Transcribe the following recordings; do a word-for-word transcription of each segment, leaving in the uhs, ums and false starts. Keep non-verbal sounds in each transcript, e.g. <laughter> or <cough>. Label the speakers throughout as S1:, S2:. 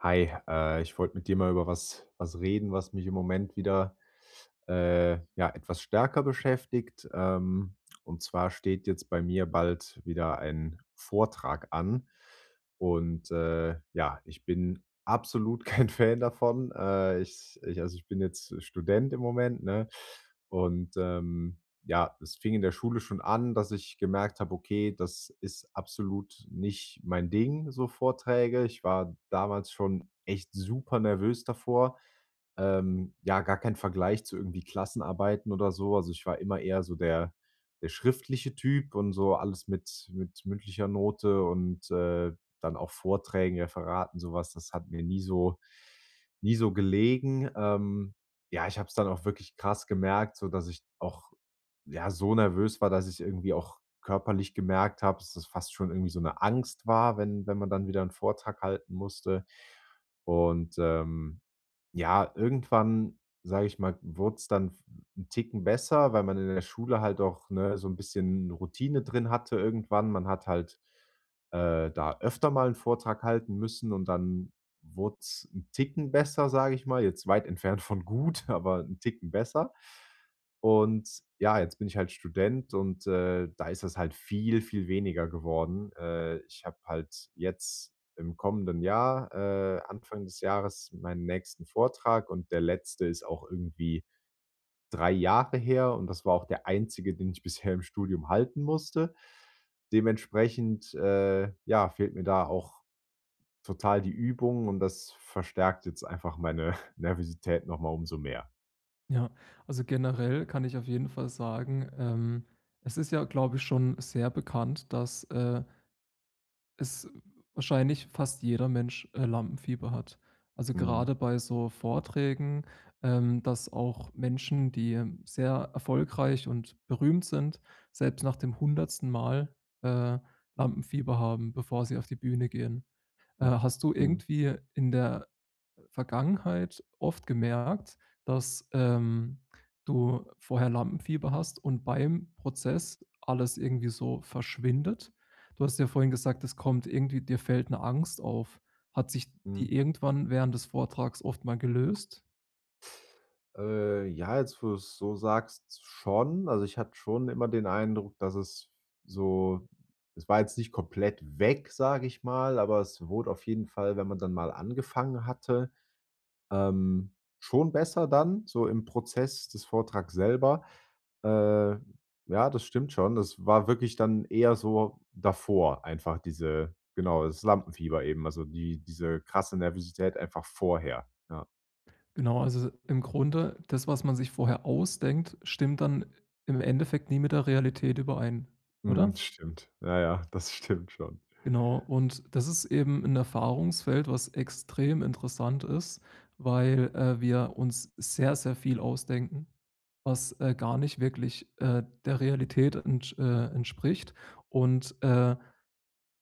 S1: Hi, äh, ich wollte mit dir mal über was was reden, was mich im Moment wieder, äh, ja, etwas stärker beschäftigt. Ähm, und zwar steht jetzt bei mir bald wieder ein Vortrag an. Und, äh, ja, ich bin absolut <laughs> kein Fan davon. Äh, ich ich also, ich bin jetzt Student im Moment, ne? Und, ähm ja, es fing in der Schule schon an, dass ich gemerkt habe: Okay, das ist absolut nicht mein Ding, so Vorträge. Ich war damals schon echt super nervös davor. Ähm, ja, gar kein Vergleich zu irgendwie Klassenarbeiten oder so. Also, ich war immer eher so der der schriftliche Typ und so alles mit mit mündlicher Note und, äh, dann auch Vorträgen, Referaten, sowas. Das hat mir nie so nie so gelegen. Ähm, ja, ich habe es dann auch wirklich krass gemerkt, so dass ich auch, ja, so nervös war, dass ich irgendwie auch körperlich gemerkt habe, dass es fast schon irgendwie so eine Angst war, wenn wenn man dann wieder einen Vortrag halten musste. Und, ähm ja, irgendwann, sage ich mal, wurd's dann ein Ticken besser, weil man in der Schule halt auch, ne, so ein bisschen Routine drin hatte irgendwann. Man hat halt, äh, da öfter mal einen Vortrag halten müssen und dann wurd's ein Ticken besser, sage ich mal, jetzt weit <laughs> entfernt von gut, <laughs> aber ein Ticken besser. Und ja, jetzt bin ich halt Student und, äh, da ist das halt viel, viel weniger geworden. Äh, ich habe halt jetzt im kommenden Jahr, äh, Anfang des Jahres meinen nächsten Vortrag und der letzte ist auch irgendwie drei Jahre her und das war auch der einzige, den ich <laughs> bisher im Studium halten musste. Dementsprechend, äh, ja, fehlt mir da auch total die Übung und das verstärkt jetzt einfach meine <laughs> Nervosität noch mal umso mehr.
S2: Ja, also generell kann ich auf jeden Fall sagen, ähm, es ist ja, glaube ich, schon sehr bekannt, dass, äh, es wahrscheinlich fast jeder Mensch, äh, Lampenfieber hat. Also
S1: Mhm.
S2: gerade bei so Vorträgen, ähm, dass auch Menschen, die ähm, sehr erfolgreich und berühmt sind, selbst nach dem hundertsten Mal, äh, Lampenfieber haben, bevor sie auf die Bühne gehen. Äh,
S1: Hm.
S2: hast du
S1: Mhm.
S2: irgendwie in der Vergangenheit oft gemerkt, dass, ähm, du vorher Lampenfieber hast und beim Prozess alles irgendwie so verschwindet. Du hast ja vorhin gesagt, es kommt irgendwie dir fällt eine Angst auf. Hat sich die
S1: Mhm.
S2: irgendwann während des Vortrags oft mal gelöst?
S1: Äh, ja, jetzt, wo du es so sagst, schon. Also, ich hatte schon immer den Eindruck, dass es so es war jetzt nicht komplett weg, sage ich mal, aber es wurde auf jeden Fall, wenn man dann mal angefangen hatte, ähm, schon besser dann, so im Prozess des Vortrags selber. Äh, ja, das stimmt schon. Das war wirklich dann eher so davor einfach diese genau, das Lampenfieber eben, also die diese krasse Nervosität einfach vorher, ja.
S2: Genau, also im Grunde, das, was man sich vorher ausdenkt, stimmt dann im Endeffekt nie mit der Realität überein,
S1: Mhm,
S2: oder?
S1: stimmt. Ja, ja, das stimmt schon.
S2: Genau, und das ist eben ein Erfahrungsfeld, was extrem interessant ist, weil, äh, wir uns sehr, sehr viel ausdenken, was, äh, gar nicht wirklich, äh, der Realität entsch äh, entspricht. Und, äh,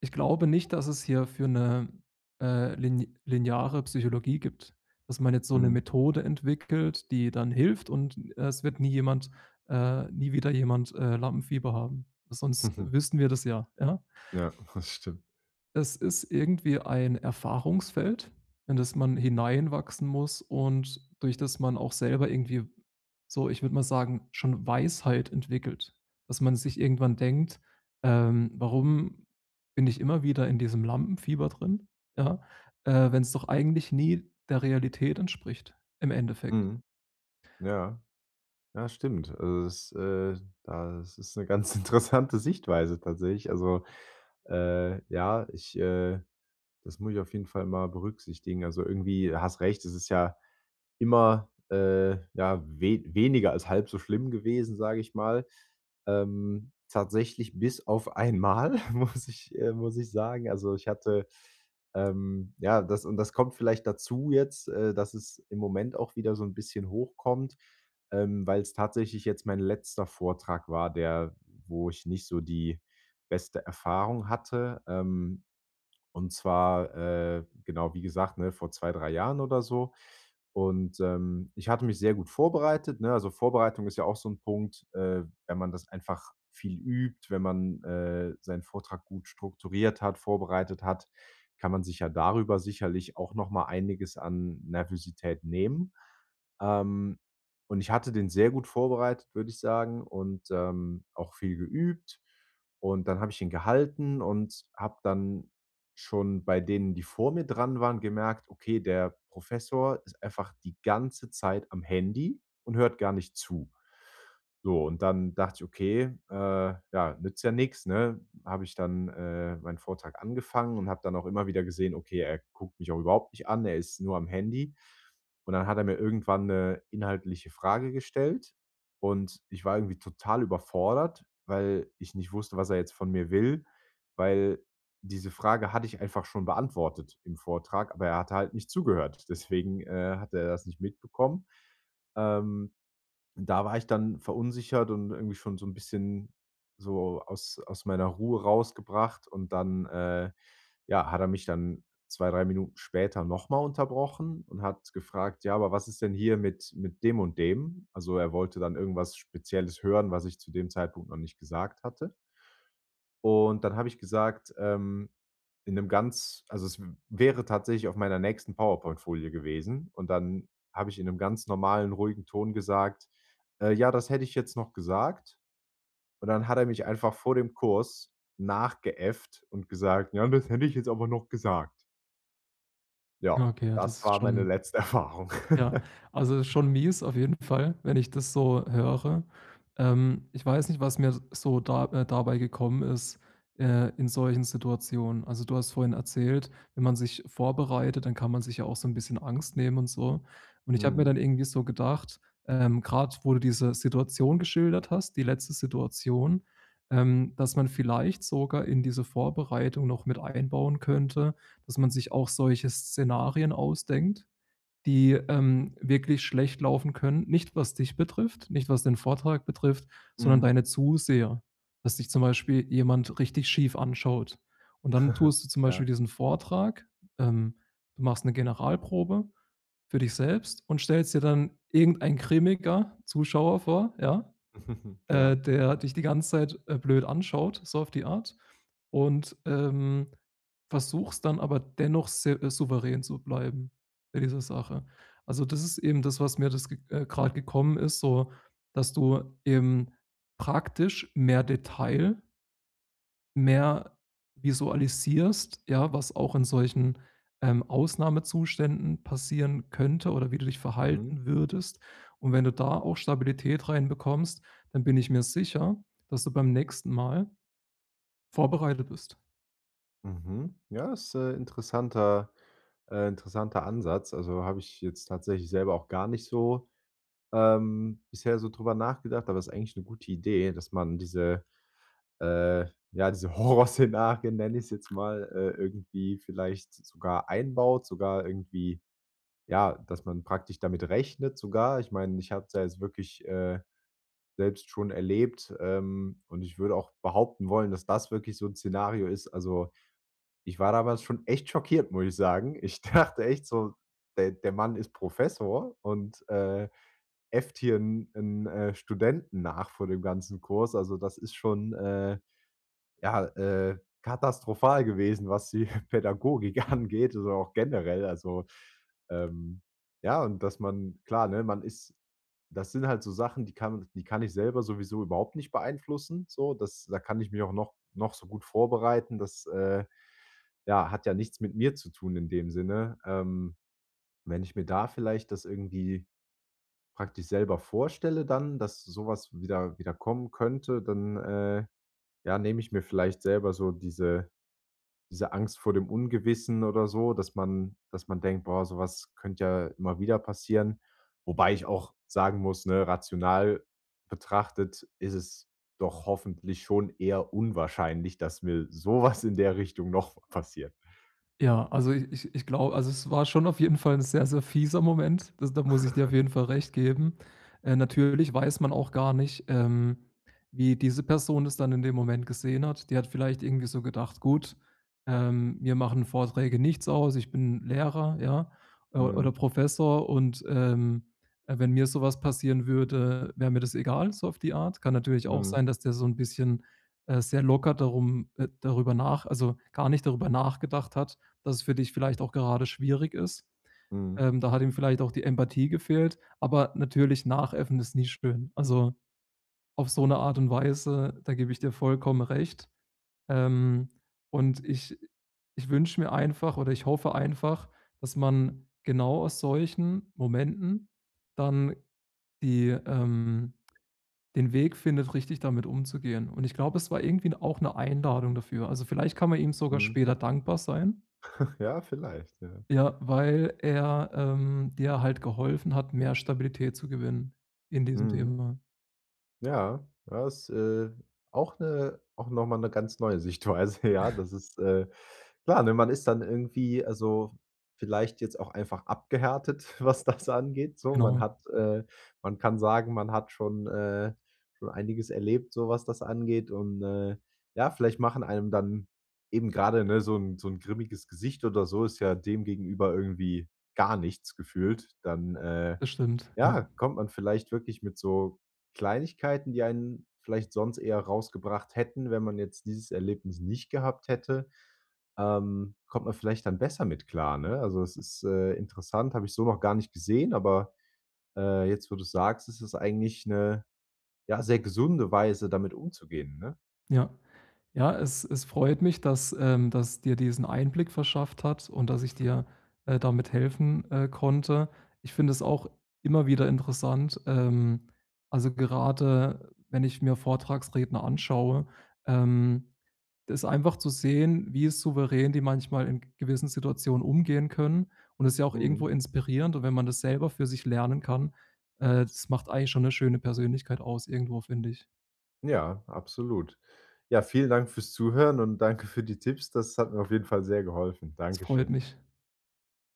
S2: ich glaube nicht, dass es hierfür 'ne, äh, lin lineare Psychologie gibt, dass man jetzt so eine
S1: Mhm.
S2: Methode entwickelt, die dann hilft und, äh, es wird nie jemand äh, nie wieder jemand, äh, Lampenfieber haben. Sonst wüssten
S1: <laughs>
S2: wir das ja, ja?
S1: Ja, das stimmt.
S2: Es ist irgendwie ein Erfahrungsfeld, in das man hineinwachsen muss und durch das man auch selber irgendwie so, ich würde mal sagen, schon Weisheit entwickelt. Dass man sich irgendwann denkt: „Ähm, warum bin ich immer wieder in diesem Lampenfieber drin, ja, äh, wenn es doch eigentlich nie der Realität entspricht im Endeffekt?“
S1: Mhm. Ja, ja, stimmt. Also, das, äh das ist eine ganz <laughs> interessante Sichtweise tatsächlich. Also, äh, ja, ich, äh das muss ich auf jeden Fall mal berücksichtigen. Also, irgendwie hast recht, es ist ja immer, äh, ja, we weniger als halb so schlimm gewesen, sage ich mal. Ähm, tatsächlich bis auf einmal, <laughs> muss ich äh, muss ich sagen. Also, ich hatte, ähm ja, das und das kommt vielleicht dazu jetzt, äh, dass es im Moment auch wieder so ein bisschen hochkommt, ähm, weil es tatsächlich jetzt mein letzter Vortrag war, der wo ich nicht so die beste Erfahrung hatte. Ähm, und zwar, äh, genau, wie gesagt, ne, vor zwei drei Jahren oder so. Und, ähm, ich hatte mich sehr gut vorbereitet, ne? Also, Vorbereitung ist ja auch so ein Punkt, äh, wenn man das einfach viel übt, wenn man, äh, seinen Vortrag gut strukturiert hat, vorbereitet hat, kann man sich ja darüber sicherlich auch noch mal einiges an Nervosität nehmen. Ähm, und ich hatte den sehr gut vorbereitet, würde ich sagen, und, ähm, auch viel geübt. Und dann habe ich ihn gehalten und habe dann schon bei denen, die vor mir dran waren, gemerkt: Okay, der Professor ist einfach die ganze Zeit am Handy und hört gar nicht zu. So, und dann dachte ich: „Okay, äh, ja, nützt ja nichts. ne?" Habe ich dann, äh, meinen Vortrag angefangen und habe dann auch immer wieder gesehen: Okay, er guckt mich auch überhaupt nicht an, er ist nur am Handy. Und dann hat er mir irgendwann eine inhaltliche Frage gestellt und ich war irgendwie total überfordert, weil ich nicht wusste, was er jetzt von mir will, weil diese Frage hatte ich einfach schon beantwortet im Vortrag, aber er hat halt nicht zugehört. <laughs> Deswegen, äh, hat er das nicht mitbekommen. Ähm, Da war ich dann verunsichert und irgendwie schon so ein bisschen so aus aus meiner Ruhe rausgebracht und dann, äh, ja, hat er mich dann zwei drei Minuten später nochmal unterbrochen und hat gefragt: „Ja, aber was ist denn hier mit mit dem und dem?" Also, er wollte dann irgendwas Spezielles hören, was ich zu dem Zeitpunkt noch nicht gesagt hatte. Und dann habe ich gesagt, ähm, in einem ganz also, es wäre tatsächlich auf meiner nächsten PowerPoint-Folie gewesen und dann habe ich in einem ganz normalen, ruhigen Ton gesagt: „Äh, Ja, das hätte ich jetzt noch gesagt." Und dann hat er mich einfach vor dem Kurs nachgeäfft und gesagt: „Ja, das hätte ich jetzt aber noch gesagt."
S2: Ja,
S1: Ja,
S2: okay, ja, das
S1: das
S2: ist
S1: war meine
S2: schon.
S1: letzte Erfahrung.
S2: Ja,
S1: <laughs>
S2: also schon mies auf jeden Fall, wenn ich das so höre. Ähm, ich weiß nicht, was mir so da äh, dabei gekommen ist, äh, in solchen Situationen. Also, du hast vorhin erzählt, wenn man sich vorbereitet, dann kann man sich ja auch so ein bisschen Angst nehmen und so. Und ich habe mir dann
S1: Mhm,
S2: irgendwie so gedacht, ähm, grad wo du diese Situation geschildert hast, die letzte Situation, ähm, dass man vielleicht sogar in diese Vorbereitung noch mit einbauen könnte, dass man sich auch solche Szenarien ausdenkt, die, ähm, wirklich schlecht laufen können. Nicht, was dich betrifft, nicht, was den Vortrag betrifft, sondern
S1: mhm.
S2: deine Zuseher. Dass dich zum Beispiel jemand richtig schief anschaut. Und dann
S1: <laughs>
S2: tust du zum Beispiel
S1: Ja.
S2: diesen Vortrag, ähm, du machst eine Generalprobe für dich selbst und stellst dir dann irgendein grimmiger Zuschauer vor, ja?
S1: <laughs>
S2: äh,
S1: Ja.
S2: der dich die ganze Zeit, äh, blöd anschaut, so auf die Art, und, ähm, versuchst dann aber dennoch se äh, souverän zu bleiben bei dieser Sache. Also, das ist eben das, was mir das ge äh, grad gekommen ist, so, dass du eben praktisch mehr Detail mehr visualisierst, ja, was auch in solchen, ähm, Ausnahmezuständen passieren könnte oder wie du dich
S1: Mhm.
S2: verhalten würdest. Und wenn du da auch Stabilität reinbekommst, dann bin ich mir sicher, dass du beim nächsten Mal vorbereitet bist.
S1: Mhm. Ja, ist, äh, interessanter äh, interessanter Ansatz. Also, habe ich jetzt tatsächlich selber auch gar nicht so, ähm, bisher so drüber nachgedacht, aber ist eigentlich eine gute Idee, dass man diese, äh ja, diese <laughs> Horrorszenarien, nenne ich es jetzt mal, äh, irgendwie vielleicht sogar einbaut, sogar irgendwie ja, dass man praktisch damit rechnet sogar. Ich meine, ich habe es ja jetzt wirklich, äh, selbst schon erlebt, ähm, und ich würde auch behaupten wollen, dass das wirklich so ein Szenario ist. Also ich war damals schon echt schockiert, muss ich sagen. Ich <laughs> dachte echt so, der der Mann ist Professor und, äh, äfft hier einen 'n, äh, Studenten nach vor dem ganzen Kurs. Also, das ist schon, äh ja, äh, katastrophal gewesen, was die <laughs> Pädagogik angeht also auch generell. Also, ähm, ja, und dass man klar, ne, man ist das sind halt so Sachen, die kann die kann ich selber sowieso überhaupt nicht beeinflussen, so. Das da kann ich mich auch noch noch so gut vorbereiten. Das, äh, ja, hat ja nichts mit mir zu tun in dem Sinne. Ähm, wenn ich mir da vielleicht das irgendwie praktisch selber vorstelle dann, dass sowas wieder wieder kommen könnte, dann, äh ja, nehme ich mir vielleicht selber so diese diese Angst vor dem Ungewissen oder so, dass man dass man denkt: „Boah, sowas könnte ja immer wieder passieren." Wobei ich auch sagen muss, ne, rational betrachtet ist es doch hoffentlich schon eher unwahrscheinlich, dass mir sowas in der Richtung noch passiert.
S2: Ja, also ich ich ich glaube, also es war schon auf jeden Fall ein sehr, sehr fieser Moment. Das da muss ich dir auf jeden Fall recht geben. Äh, natürlich weiß man auch gar nicht, ähm, wie diese Person es dann in dem Moment gesehen hat. Die hat vielleicht irgendwie so gedacht: „Gut, ähm, mir machen Vorträge nichts aus. Ich bin Lehrer, ja, äh, oder
S1: Mhm,
S2: Professor und, ähm, äh, wenn mir so was passieren würde, wäre mir das egal“, so auf die Art. Kann natürlich auch
S1: mhm,
S2: sein, dass der so ein bisschen, äh, sehr locker darum äh, darüber nach also gar nicht darüber nachgedacht hat, dass es für dich vielleicht auch gerade schwierig ist.
S1: mhm,
S2: Ähm, da hat ihm vielleicht auch die Empathie gefehlt, aber natürlich nachäffen ist nie schön. Also, auf so eine Art und Weise, da gebe ich dir vollkommen recht. Ähm, und ich ich wünsche mir einfach oder ich hoffe einfach, dass man genau aus solchen Momenten dann die ähm, den Weg findet, richtig damit umzugehen. Und ich glaube, es war irgendwie auch eine Einladung dafür. Also, vielleicht kann man ihm sogar
S1: mhm.
S2: später dankbar sein.
S1: <laughs> Ja, vielleicht, ja.
S2: Ja, weil er, ähm, dir halt geholfen hat, mehr Stabilität zu gewinnen in diesem
S1: Mhm.
S2: Thema.
S1: Ja, ja, ist, äh, auch eine auch noch mal 'ne ganz neue Sichtweise, <laughs> ja. Das ist, äh klar, ne, man ist dann irgendwie also, vielleicht jetzt auch einfach abgehärtet, <laughs> was das angeht, so. Man
S2: Genau,
S1: hat, äh man kann sagen, man hat schon, äh schon einiges erlebt, so was das angeht und, äh, ja, vielleicht machen einem dann eben gerade ne, so ein so ein grimmiges Gesicht oder so ist ja dem gegenüber irgendwie gar nichts gefühlt. Dann, äh
S2: das stimmt. Ja,
S1: ja, kommt man vielleicht wirklich mit so Kleinigkeiten, die einen vielleicht sonst eher rausgebracht hätten, wenn man jetzt dieses Erlebnis nicht gehabt hätte, ähm, kommt man vielleicht dann besser mit klar, ne? Also, es ist, äh, interessant, habe ich so noch gar nicht gesehen, aber, äh, jetzt, wo du sagst, ist es eigentlich eine ja, sehr gesunde Weise, damit umzugehen, ne?
S2: ja. Ja, es es freut mich, dass, ähm dass dir diesen Einblick verschafft hat und dass ich dir, äh, damit helfen, äh, konnte. Ich finde es auch immer wieder interessant, ähm also, gerade wenn ich mir Vortragsredner anschaue, ähm ist einfach zu sehen, wie souverän die manchmal in gewissen Situationen umgehen können, und das ist ja auch irgendwo
S1: Mhm.
S2: inspirierend, und wenn man das selber für sich lernen kann, äh, das macht eigentlich schon eine schöne Persönlichkeit aus irgendwo, finde ich.
S1: Ja, absolut. Ja, vielen Dank fürs Zuhören und danke für die Tipps. Das hat mir auf jeden Fall sehr geholfen.
S2: Das freut
S1: Dankeschön.
S2: mich.